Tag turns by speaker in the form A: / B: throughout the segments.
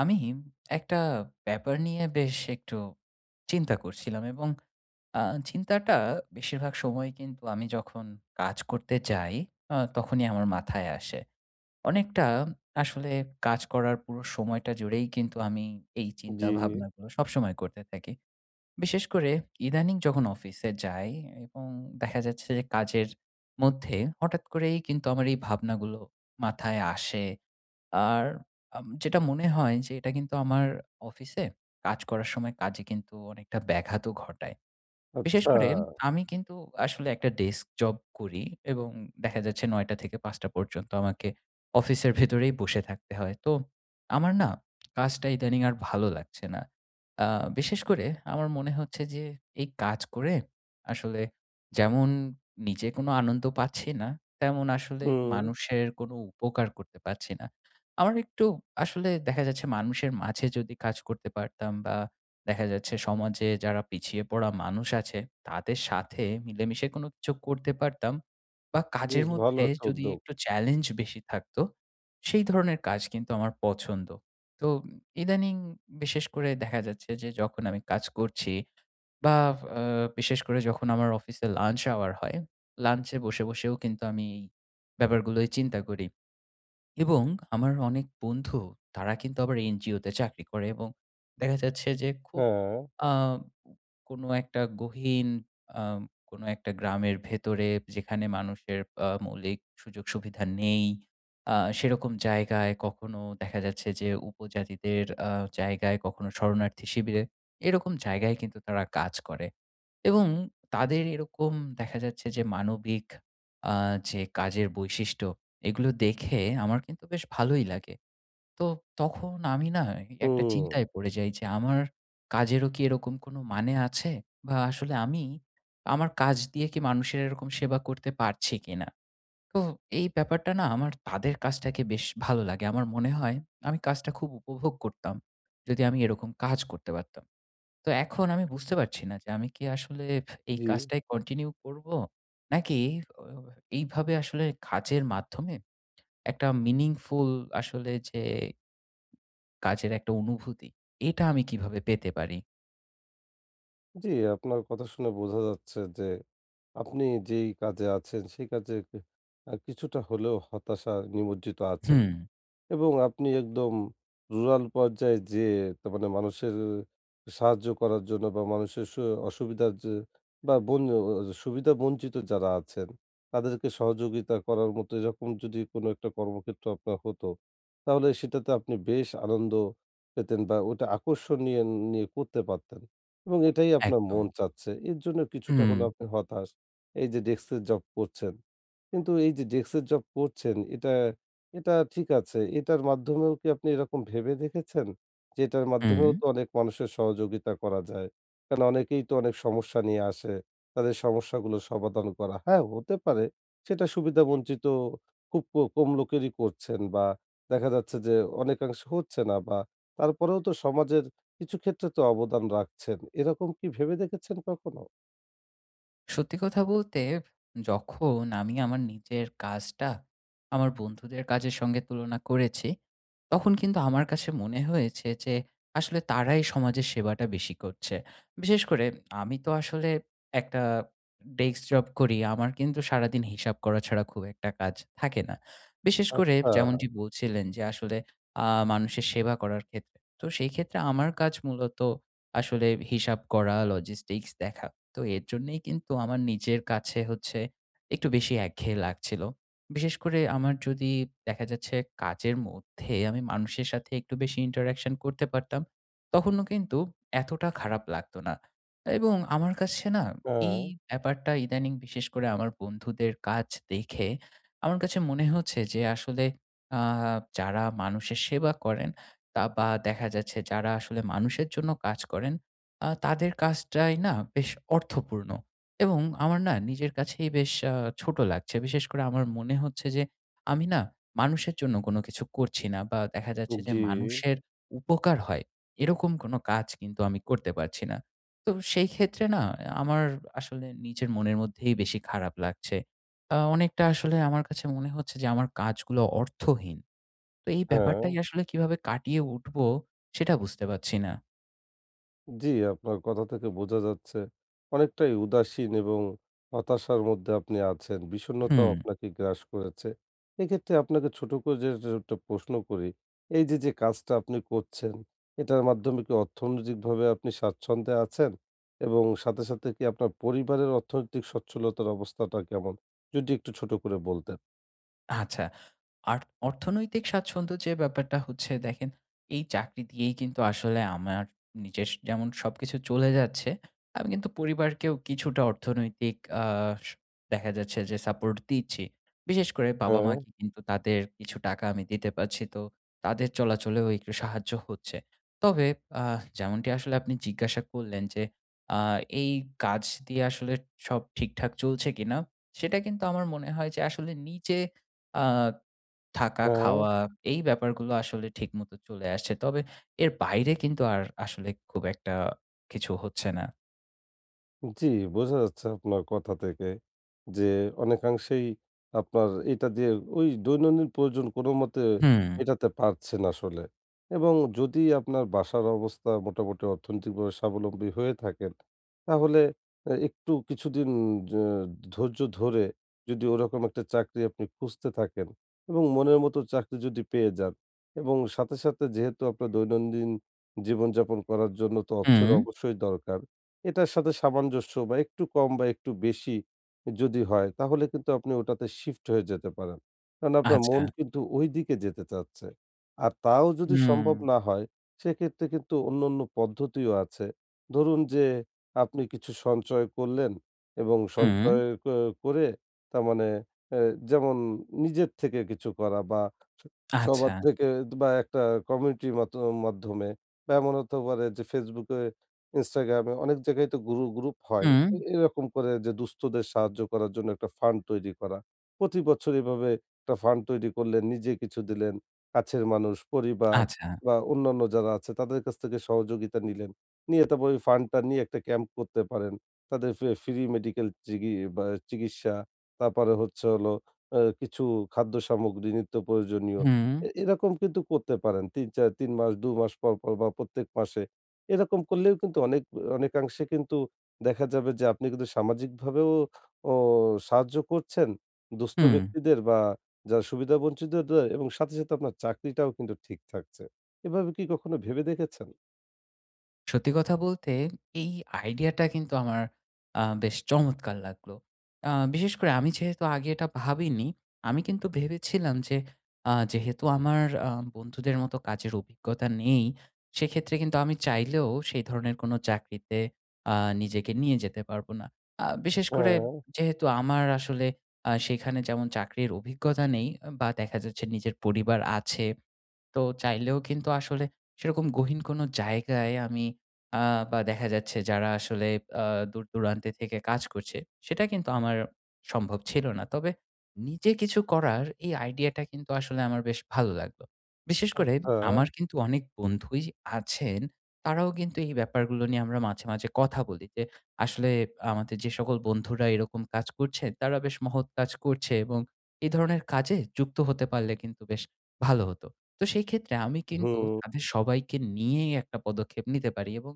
A: আমি একটা ব্যাপার নিয়ে বেশ একটু চিন্তা করছিলাম, এবং আ চিন্তাটা বেশিরভাগ সময় কিন্তু আমি যখন কাজ করতে যাই, তখনই আমার মাথায় আসে। অনেকটা আসলে কাজ করার পুরো সময়টা জুড়েই কিন্তু আমি এই চিন্তা
B: জি,
A: ভাবনাগুলো সবসময় করতে থাকি। বিশেষ করে ইদানিং যখন অফিসে যাই এবং দেখা যাচ্ছে যে কাজের মধ্যে হঠাৎ করেই কিন্তু আমার এই ভাবনাগুলো মাথায় আসে। আর যেটা মনে হয় যে এটা কিন্তু আমার অফিসে কাজ করার সময় কাজে কিন্তু অনেকটা ব্যাঘাতও ঘটায়। বিশেষ
B: আচ্ছা।
A: করে আমি কিন্তু আসলে একটা ডেস্ক জব করি, এবং দেখা যাচ্ছে ৯টা থেকে ৫টা পর্যন্ত আমাকে অফিসের ভেতরেই বসে থাকতে হয়। তো আমার না কাজটা ইদানিং আর ভালো লাগছে না। আ বিশেষ করে আমার মনে হচ্ছে যে এই কাজ করে আসলে যেমন নিজে কোনো আনন্দ পাচ্ছি না, তেমন আসলে
B: হুম,
A: মানুষের কোনো উপকার করতে পারছি না। আমার একটু আসলে দেখা যাচ্ছে মানুষের মাঝে যদি কাজ করতে পারতাম, বা দেখা যাচ্ছে সমাজে যারা পিছিয়ে পড়া মানুষ আছে তাদের সাথে মিলেমিশে কোনো কিছু করতে পারতাম, বা কাজের
B: বেশ ভালো
A: মধ্যে
B: একটা
A: যদি
B: উদ্যোগ।
A: একটু চ্যালেঞ্জ বেশি থাকতো, সেই ধরনের কাজ কিন্তু আমার পছন্দ। তো ইদানিং বিশেষ করে দেখা যাচ্ছে যে যখন আমি কাজ করছি, বা আ বিশেষ করে যখন আমার অফিসে লাঞ্চ আওয়ার হয়, লাঞ্চে বসে, বসেও কিন্তু আমি এই ব্যাপারগুলোই চিন্তা করি। এবং আমার অনেক বন্ধু, তারা কিন্তু আবার এনজিওতে চাকরি করে, এবং দেখা যাচ্ছে যে খুব
B: হ্যাঁ,
A: আ কোনো একটা গহীন আ কোনো একটা গ্রামের ভেতরে, যেখানে মানুষের মৌলিক সুযোগ-সুবিধা নেই। সেরকম জায়গায় কখনো দেখা যাচ্ছে যে উপজাতিদের জায়গায়, কখনো শরণার্থী শিবিরে, এরকম জায়গায় কিন্তু তারা কাজ করে। এবং তাদের এরকম দেখা যাচ্ছে যে মানবিক আ যে কাজের বৈশিষ্ট্য, এগুলো দেখে আমার কিন্তু বেশ ভালোই লাগে। তো তখন আমি না একটা
B: হুম,
A: চিন্তায় পড়ে যাই যে আমার কাজেরও কি এরকম কোনো মানে আছে? বা আসলে আমি আমার কাজ দিয়ে কি মানুষের এরকম সেবা করতে পারছি কিনা? তো এই ব্যাপারটা না, আমার তাদের কাজটাকে বেশ ভালো লাগে। আমার মনে হয় আমি কাজটা খুব উপভোগ করতাম যদি আমি এরকম কাজ করতে পারতাম। তো এখন আমি বুঝতে পারছি না যে আমি কি আসলে এই
B: জি,
A: কাজটাই কন্টিনিউ করব? নাকি অ এইভাবে আসলে কাজের মাধ্যমে একটা মিনিংফুল আসলে যে কাজের একটা অনুভূতি, এটা আমি কিভাবে পেতে পারি?
B: জি, আপনার কথা শুনে বোঝা যাচ্ছে যে আপনি যেই কাজে আছেন সেই কাজে কি কিছুটা হলেও হতাশা নিমজ্জিত আছেন।
A: হুম,
B: এবং আপনি একদম রুরাল পর্যায়ে যেয়ে তার মানে মানুষের সাহায্য করার জন্য বা মানুষের অসুবিধার যে বা সুবিধা বঞ্চিত যারা আছেন তাদেরকে সহযোগিতা করার মতো এরকম যদি কোনো একটা কর্মক্ষেত্র আপনার হতো, তাহলে সেটাতে আপনি বেশ আনন্দ পেতেন বা ওটা আকর্ষণ নিয়ে নিয়ে করতে পারতেন এবং এটাই আপনার
A: একদম।
B: মন চাচ্ছে। এর জন্য কিছুটা
A: হুম,
B: হলেও আপনি হতাশ। এই যে ডেস্কের জব করছেন। কিন্তু এই যে ডেস্কের জব করছেন এটা এটা ঠিক আছে। এটার মাধ্যমেও কি আপনি এরকম ভেবে দেখেছেন? যে এটার
A: হুম।
B: মাধ্যমেও তো অনেক মানুষের সহযোগিতা করা যায়। কারণ অনেকেই তো অনেক সমস্যা নিয়ে আসে। তাদের সমস্যাগুলো সমাধান করা। হ্যাঁ, হতে পারে সেটা সুবিধাবঞ্চিত খুব কম লোকেরই করছেন বা দেখা যাচ্ছে যে অনেকাংশে হচ্ছে না বা তারপরেও তো সমাজের কিছু ক্ষেত্রে তো অবদান রাখছেন। এরকম কি ভেবে দেখেছেন কখনো?
A: সত্যি কথা বলতে, যখন আমি আমার নিজের কাজটা আমার বন্ধুদের কাজের সঙ্গে তুলনা করেছি, তখন কিন্তু আমার কাছে মনে হয়েছে যে আসলে তারাই সমাজের সেবাটা বেশি করছে। বিশেষ করে আমি তো আসলে একটা ডেস্ক জব করি। আমার কিন্তু সারাদিন হিসাব করা ছাড়া খুব একটা কাজ থাকে না। বিশেষ করে
B: আচ্ছা,
A: যেমনটি বলছিলেন যে আসলে আ মানুষের সেবা করার ক্ষেত্রে। তো সেই ক্ষেত্রে আমার কাজ মূলত আসলে হিসাব করা, লজিস্টিক্স দেখা। তো এর জন্যেই কিন্তু আমার নিজের কাছে হচ্ছে একটু বেশি একঘেয়ে লাগছিল। বিশেষ করে আমার যদি, দেখা যাচ্ছে, কাজের মধ্যে আমি মানুষের সাথে একটু বেশি interaction করতে পারতাম, তখনও কিন্তু এতটা খারাপ লাগতো না। এবং আমার কাছে না, এই
B: হ্যাঁ,
A: ব্যাপারটা ইদানিং বিশেষ করে আমার বন্ধুদের কাজ দেখে আমার কাছে মনে হচ্ছে যে আসলে আ যারা মানুষের সেবা করেন, তা বা দেখা যাচ্ছে যারা আসলে মানুষের জন্য কাজ করেন, তাদের কাজটাই না বেশ অর্থপূর্ণ, এবং আমার না নিজের কাছেই বেশ ছোট লাগছে। বিশেষ করে আমার মনে হচ্ছে যে আমি না মানুষের জন্য কোনো কিছু করছি না, বা দেখা যাচ্ছে যে
B: জি,
A: মানুষের উপকার হয় এরকম কোনো কাজ কিন্তু আমি করতে পারছি না। তো সেই ক্ষেত্রে না, আমার আসলে নিজের মনের মধ্যেই বেশি খারাপ লাগছে। অনেকটা আসলে আমার কাছে মনে হচ্ছে যে আমার কাজগুলো অর্থহীন। তো এই
B: হ্যাঁ।
A: ব্যাপারটাই আসলে কিভাবে কাটিয়ে উঠবো, সেটা বুঝতে পারছি না।
B: জি, আপনার কথা থেকে বোঝা যাচ্ছে অনেকটাই উদাসীন এবং হতাশার মধ্যে আপনি আছেন।
A: হুম।
B: বিষণ্ণতাও আপনাকে গ্রাস করেছে। এক্ষেত্রে আপনাকে ছোট করে যে যে একটা প্রশ্ন করি, এই যে, যে কাজটা আপনি করছেন, এটার মাধ্যমে কি অর্থনৈতিকভাবে আপনি স্বাচ্ছন্দ্যে আছেন? এবং সাথে, সাথে কি আপনার পরিবারের অর্থনৈতিক সচ্ছলতার অবস্থাটা কেমন? যদি একটু ছোট করে বলতেন।
A: আচ্ছা। আর অর্থনৈতিক স্বাচ্ছন্দ্য যে ব্যাপারটা, হচ্ছে দেখেন, এই চাকরি দিয়েই কিন্তু আসলে আমার নিজের যেমন সবকিছু চলে যাচ্ছে, আমি কিন্তু পরিবারকেও কিছুটা অর্থনৈতিক আ স দেখা যাচ্ছে যে সাপোর্ট দিচ্ছি। বিশেষ করে
B: হুম,
A: বাবা-মাকে কিন্তু তাদের কিছু টাকা আমি দিতে পারছি। তো তাদের চলাচলেও একটু সাহায্য হচ্ছে। তবে আ যেমনটি আসলে আপনি জিজ্ঞাসা করলেন যে আ এই কাজ দিয়ে আসলে সব ঠিকঠাক চলছে কিনা, সেটা কিন্তু আমার মনে হয় যে আসলে নিজে আ থাকা,
B: হুম।
A: খাওয়া, এই ব্যাপারগুলো আসলে ঠিকমতো চলে আসছে। তবে এর বাইরে কিন্তু আর আসলে খুব একটা কিছু হচ্ছে না।
B: জি, বোঝা যাচ্ছে আপনার কথা থেকে যে অনেকাংশেই আপনার এটা দিয়ে ওই দৈনন্দিন প্রয়োজন কোনোমতে
A: হুম,
B: মেটাতে পারছেন আসলে। এবং যদি আপনার বাসার অবস্থা মোটামুটি অর্থনৈতিকভাবে স্বাবলম্বী হয়ে থাকেন, তাহলে একটু কিছুদিন য ধৈর্য ধরে যদি ওরকম একটা চাকরি আপনি খুঁজতে থাকেন এবং মনের মতো চাকরি যদি পেয়ে যান এবং সাথে, সাথে যেহেতু আপনার দৈনন্দিন জীবনযাপন করার জন্য তো
A: হুম,
B: অর্থের অবশ্যই দরকার। এটার সাথে সামঞ্জস্য বা একটু কম বা একটু বেশি যদি হয় তাহলে কিন্তু আপনি ওটাতে শিফট হয়ে যেতে পারেন। কারণ আপনার
A: আচ্ছা।
B: মন কিন্তু ঐদিকে যেতে চাচ্ছে। আর তাও যদি
A: হুম,
B: সম্ভব না হয় সেক্ষেত্রে কিন্তু অন্যান্য পদ্ধতিও আছে। ধরুন যে আপনি কিছু সঞ্চয় করলেন এবং
A: হুম,
B: সঞ্চয় করে তার মানে অ্যা যেমন নিজের থেকে কিছু করা বা স
A: আচ্ছা।
B: সবার থেকে বা একটা কমিউনিটির মাধ্যমে বা এমন হতে পারে যে Facebook এ Instagram এ অনেক জায়গায় তো গ্রুপ হয়।
A: হুম,
B: এরকম করে যে দুস্থদের সাহায্য করার জন্য একটা ফান্ড তৈরি করা। প্রতি বছর এভাবে একটা ফান্ড তৈরি করলেন, নিজে কিছু দিলেন, কাছের মানুষ, পরিবার
A: আচ্ছা।
B: বা অন্যান্য যারা আছে তাদের কাছ থেকে সহযোগিতা নিলেন। নিয়ে তারপর ওই ফান্ডটা নিয়ে একটা ক্যাম্প করতে পারেন। তাদের ফ্রি মেডিকেল চিকিৎসা, তারপরে হচ্ছে হলো কিছু খাদ্য সামগ্রী নিত্য প্রয়োজনীয়।
A: হুম,
B: এরকম কিন্তু করতে পারেন। ৩, ৪, ৩ মাস, ২ মাস পর, পর বা প্রত্যেক মাসে এরকম করলেও কিন্তু অনেক অনেকাংশে কিন্তু দেখা যাবে যে আপনি কিন্তু সামাজিকভাবেও ও সাহায্য করছেন দুস্থ
A: হুম।
B: ব্যক্তিদের বা যারা সুবিধাবঞ্চিতদের এবং সাথে, সাথে আপনার চাকরিটাও কিন্তু ঠিক থাকছে। এভাবে কি কখনো ভেবে দেখেছেন?
A: সত্যি কথা বলতে, এই আইডিয়াটা কিন্তু আমার বেশ চমৎকার লাগলো। বিশেষ করে আমি যেহেতু আগে এটা ভাবিনি, আমি কিন্তু ভেবেছিলাম যে যেহেতু আমার আ বন্ধুদের মতো কাজের অভিজ্ঞতা নেই, সেক্ষেত্রে কিন্তু আমি চাইলেও সেই ধরনের কোনো চাকরিতে আ নিজেকে নিয়ে যেতে পারবো না। বিশেষ করে
B: হ্যাঁ,
A: যেহেতু আমার আসলে সেখানে যেমন চাকরির অভিজ্ঞতা নেই, বা দেখা যাচ্ছে নিজের পরিবার আছে। তো চাইলেও কিন্তু আসলে সেরকম গহীন কোনো জায়গায় আমি আ বা দেখা যাচ্ছে যারা আসলে আ দূর-দূরান্তে থেকে কাজ করছে, সেটা কিন্তু আমার সম্ভব ছিল না। তবে নিজে কিছু করার এই আইডিয়াটা কিন্তু আসলে আমার বেশ ভালো লাগলো। বিশেষ করে
B: আচ্ছা,
A: আমার কিন্তু অনেক বন্ধুই আছেন, তারাও কিন্তু এই ব্যাপারগুলো নিয়ে আমরা মাঝে, মাঝে কথা বলি যে, আসলে আমাদের যে সকল বন্ধুরা এরকম কাজ করছেন, তারা বেশ মহৎ কাজ করছে, এবং এই ধরনের কাজে যুক্ত হতে পারলে কিন্তু বেশ ভালো হতো। তো সেই ক্ষেত্রে আমি কিন্তু
B: হুম,
A: তাদের সবাইকে নিয়েই একটা পদক্ষেপ নিতে পারি, এবং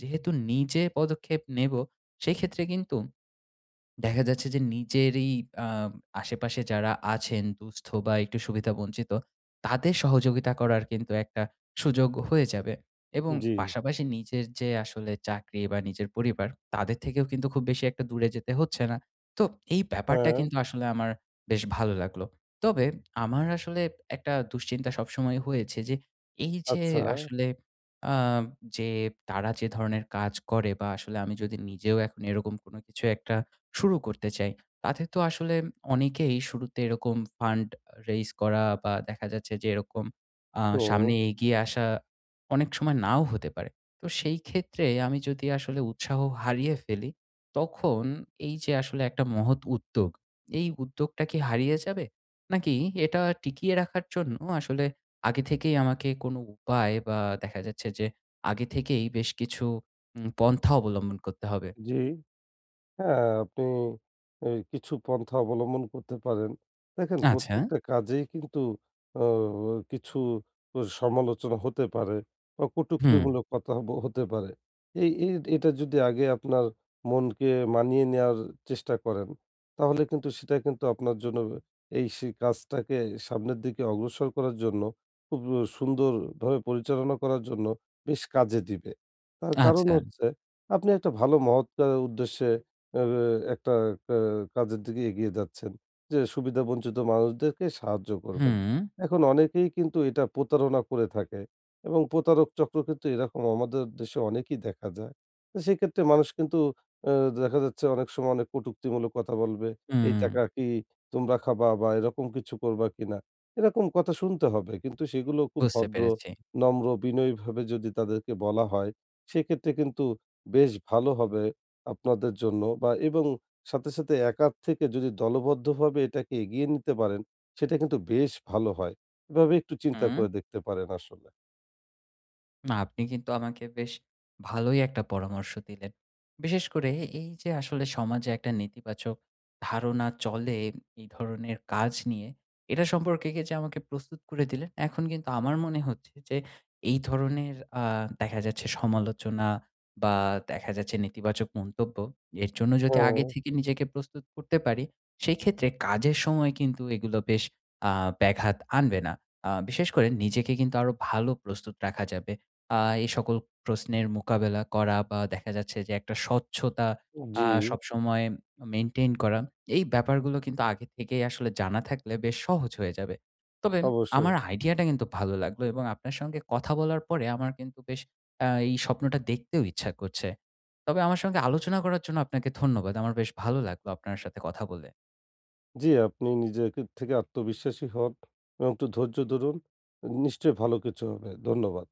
A: যেহেতু নিজে পদক্ষেপ নেব, সেক্ষেত্রে কিন্তু দেখা যাচ্ছে যে নিজেরই আম আশেপাশে যারা আছেন দুস্থ বা একটু সুবিধাবঞ্চিত, তাদের সহযোগিতা করার কিন্তু একটা সুযোগ হয়ে যাবে, এবং
B: জি,
A: পাশাপাশি নিজের যে আসলে চাকরি বা নিজের পরিবার, তাদের থেকেও কিন্তু খুব বেশি একটা দূরে যেতে হচ্ছে না। তো এই ব্যাপারটা
B: হ্যাঁ,
A: কিন্তু আসলে আমার বেশ ভালো লাগলো। তবে আমার আসলে একটা দুশ্চিন্তা সবসময় হয়েছে যে, এই যে
B: আচ্ছা,
A: আসলে আ যে তারা যে ধরনের কাজ করে, বা আসলে আমি যদি নিজেও এখন এরকম কোনো কিছু একটা শুরু করতে চাই, তাতে তো আসলে অনেকেই শুরুতে এরকম ফান্ড রেইজ করা, বা দেখা যাচ্ছে যে এরকম
B: হুম,
A: সামনে এগিয়ে আসা অনেক সময় নাও হতে পারে। তো সেই ক্ষেত্রে আমি যদি আসলে উৎসাহ হারিয়ে ফেলি, তখন এই যে আসলে একটা মহৎ উদ্যোগ, এই উদ্যোগটা কি হারিয়ে যাবে? নাকি এটা টিকিয়ে রাখার জন্য আসলে আগে থেকেই আমাকে কোনো উপায়, বা দেখা যাচ্ছে যে আগে থেকেই বেশ কিছু পন্থা অবলম্বন করতে হবে?
B: জি। হ্যাঁ, আপনি এ কিছু পন্থা অবলম্বন করতে পারেন। দেখেন
A: আচ্ছা,
B: প্রত্যেকটা কাজেই কিন্তু অ কিছু সমালোচনা হতে পারে বা
A: হুম।
B: কটুক্তিমূলক কথা হতে পারে। এই এই এটা যদি আগে আপনার মনকে মানিয়ে নেওয়ার চেষ্টা করেন, তাহলে কিন্তু সেটা কিন্তু আপনার জন্য এই সে কাজটাকে সামনের দিকে অগ্রসর করার জন্য খুব সুন্দরভাবে পরিচালনা করার জন্য বেশ কাজে দিবে। তার কারণ
A: আচ্ছা।
B: হচ্ছে আপনি একটা ভালো মহৎ উদ্দেশ্যে আ একটা আ কাজের দিকে এগিয়ে যাচ্ছেন। যে সুবিধাবঞ্চিত মানুষদেরকে সাহায্য করবেন।
A: হুম,
B: এখন অনেকেই কিন্তু এটা প্রতারণা করে থাকে এবং প্রতারক চক্র কিন্তু এরকম আমাদের দেশে অনেকেই দেখা যায়। তো সেক্ষেত্রে মানুষ কিন্তু আ দেখা যাচ্ছে অনেক সময় অনেক কটুক্তিমূলক কথা বলবে। "এই
A: হুম।
B: টাকা কি তোমরা খাবা?" বা এরকম কিছু করবা কিনা? এরকম কথা শুনতে হবে। কিন্তু সেগুলো খুব
A: বুঝতে
B: ভদ্র,
A: পেরেছি।
B: নম্র, বিনয়ীভাবে যদি তাদেরকে বলা হয়, সেক্ষেত্রে কিন্তু বেশ ভালো হবে। আপনাদের জন্য বা এবং সাথে, সাথে একা থেকে যদি দলবদ্ধভাবে এটাকে এগিয়ে নিতে পারেন, সেটা কিন্তু বেশ ভালো হয়। এভাবে একটু চিন্তা
A: হুম।
B: করে দেখতে পারেন আসলে।
A: না, আপনি কিন্তু আমাকে বেশ ভালোই একটা পরামর্শ দিলেন। বিশেষ করে এই যে আসলে সমাজে একটা নেতিবাচক ধারণা চলে এই ধরনের কাজ নিয়ে, এটা সম্পর্কে কি যে আমাকে প্রস্তুত করে দিলেন। এখন কিন্তু আমার মনে হচ্ছে যে এই ধরনের আ দেখা যাচ্ছে সমালোচনা বা দেখা যাচ্ছে নেতিবাচক মন্তব্য, এর জন্য যদি
B: হুম,
A: আগে থেকে নিজেকে প্রস্তুত করতে পারি, সেক্ষেত্রে কাজের সময় কিন্তু এগুলো বেশ আ ব্যাঘাত আনবে না। বিশেষ করে নিজেকে কিন্তু আরো ভালো প্রস্তুত রাখা যাবে। আ এই সকল প্রশ্নের মোকাবেলা করা, বা দেখা যাচ্ছে যে একটা স্বচ্ছতা
B: জি।
A: সবসময় মেইনটেইন করা, এই ব্যাপারগুলো কিন্তু আগে থেকেই আসলে জানা থাকলে বেশ সহজ হয়ে যাবে। তবে
B: অবশ্যই।
A: আমার আইডিয়াটা কিন্তু ভালো লাগলো, এবং আপনার সঙ্গে কথা বলার পরে আমার কিন্তু বেশ এই স্বপ্নটা দেখতেও ইচ্ছা করছে। তবে আমার সঙ্গে আলোচনা করার জন্য আপনাকে ধন্যবাদ। আমার বেশ ভালো লাগলো আপনার সাথে কথা বলে।
B: জি, আপনি নিজে থেকে আত্মবিশ্বাসী হন এবং একটু ধৈর্য ধরুন। নিশ্চয়ই ভালো কিছু হবে। ধন্যবাদ।